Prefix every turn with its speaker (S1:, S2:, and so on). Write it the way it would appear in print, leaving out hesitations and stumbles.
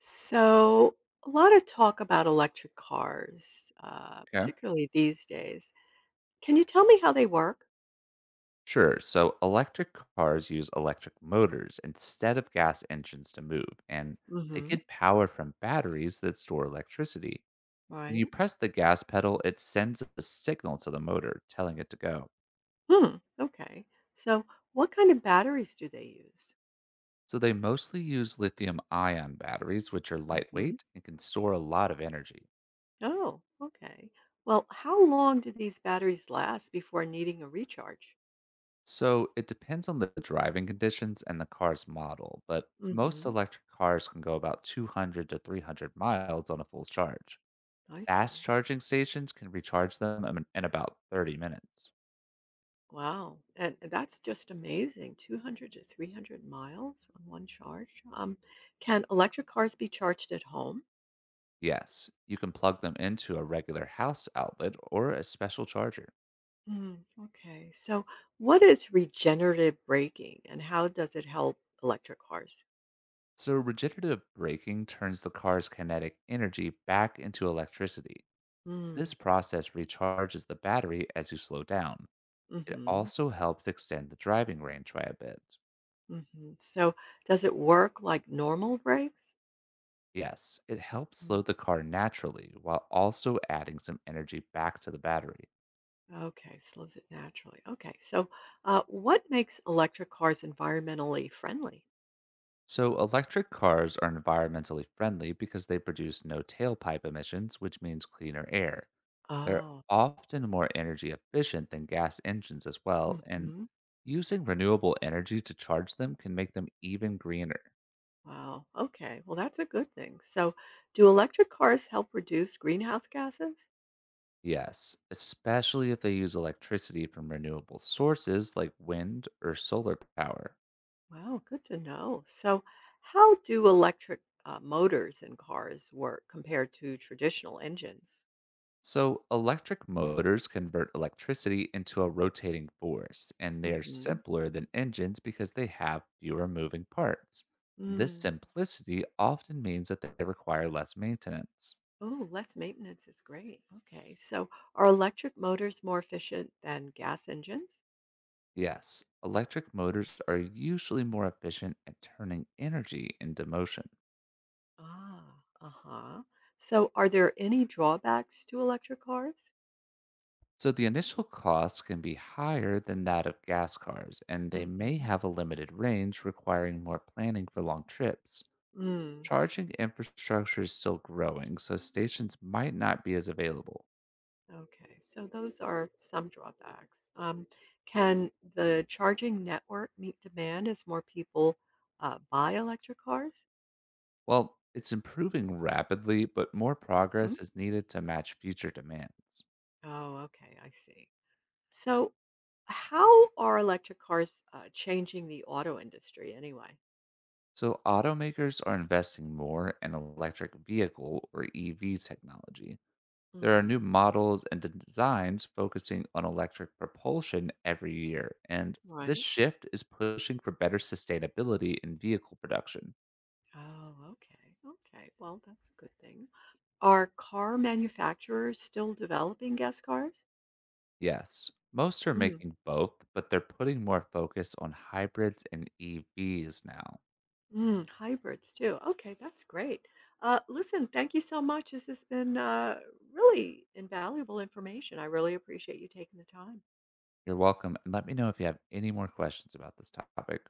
S1: So, a lot of talk about electric cars,
S2: Okay.
S1: particularly these days. Can you tell me how they work?
S2: Sure. So electric cars use electric motors instead of gas engines to move, and they
S1: Hmm.
S2: get power from batteries that store electricity. When you
S1: Right.
S2: press the gas pedal, it sends a signal to the motor telling it to go.
S1: Hmm. Okay. So, what kind of batteries do they use?
S2: So they mostly use lithium ion batteries, which are
S1: Hmm.
S2: lightweight and can store a lot of energy.
S1: Oh, okay. Well, how long do these batteries last before needing a recharge?
S2: So it depends on the driving conditions and the car's model, but most
S1: Hmm.
S2: electric cars can go about 200 to 300 miles on a full charge.
S1: I
S2: Fast
S1: see.
S2: charging stations can recharge them in about 30 minutes.
S1: Wow. And that's just amazing. 200 to 300 miles on one charge. Can electric cars be charged at home?
S2: Yes, you can plug them into a regular house outlet or a special charger.
S1: Mm, okay. So, what is regenerative braking and how does it help electric cars?
S2: So, regenerative braking turns the car's kinetic energy back into electricity.
S1: Mm.
S2: This process recharges the battery as you slow down. It
S1: Hmm.
S2: also helps extend the driving range by a bit.
S1: Hmm. So, does it work like normal brakes?
S2: Yes, it helps
S1: Mm,
S2: slow the car naturally while also adding some energy back to the battery.
S1: okay, slows it naturally. Okay. So, what makes electric cars environmentally friendly?
S2: So, electric cars are environmentally friendly because they produce no tailpipe emissions, which means cleaner air. They're
S1: Oh.
S2: often more energy efficient than gas engines as well, and
S1: Hmm.
S2: using renewable energy to charge them can make them even greener.
S1: Wow. Okay. Well, that's a good thing. So, do electric cars help reduce greenhouse gases?
S2: Yes, especially if they use electricity from renewable sources like wind or solar power.
S1: Wow, good to know. So, how do electric motors in cars work compared to traditional engines?
S2: So, electric motors convert electricity into a rotating force, and they are
S1: Hmm.
S2: simpler than engines because they have fewer moving parts. This
S1: Mm.
S2: simplicity often means that they require less maintenance.
S1: Oh, less maintenance is great. Okay. So, are electric motors more efficient than gas engines?
S2: Yes, electric motors are usually more efficient at turning energy into motion.
S1: Ah, uh huh. So, are there any drawbacks to electric cars?
S2: So, the initial cost can be higher than that of gas cars, and they may
S1: Hmm.
S2: have a limited range, requiring more planning for long trips. Charging infrastructure is still growing, so stations might not be as available.
S1: Okay, so those are some drawbacks. Can the charging network meet demand as more people buy electric cars?
S2: Well, it's improving rapidly, but more
S1: Hmm?
S2: progress is needed to match future demands.
S1: Oh, okay, I see. So, how are electric cars changing the auto industry anyway?
S2: So, automakers are investing more in electric vehicle or EV technology. There are new
S1: Hmm.
S2: models and designs focusing on electric propulsion every year, and this
S1: Right.
S2: shift is pushing for better sustainability in vehicle production.
S1: Oh, okay. Okay. Well, that's a good thing. Are car manufacturers still developing gas cars?
S2: Yes. Most are making both, but they're putting more focus on hybrids and EVs now.
S1: Mm, hybrids too. Okay, that's great. Listen, thank you so much. This has been really invaluable information. I really appreciate you taking the time.
S2: You're welcome. And let me know if you have any more questions about this topic.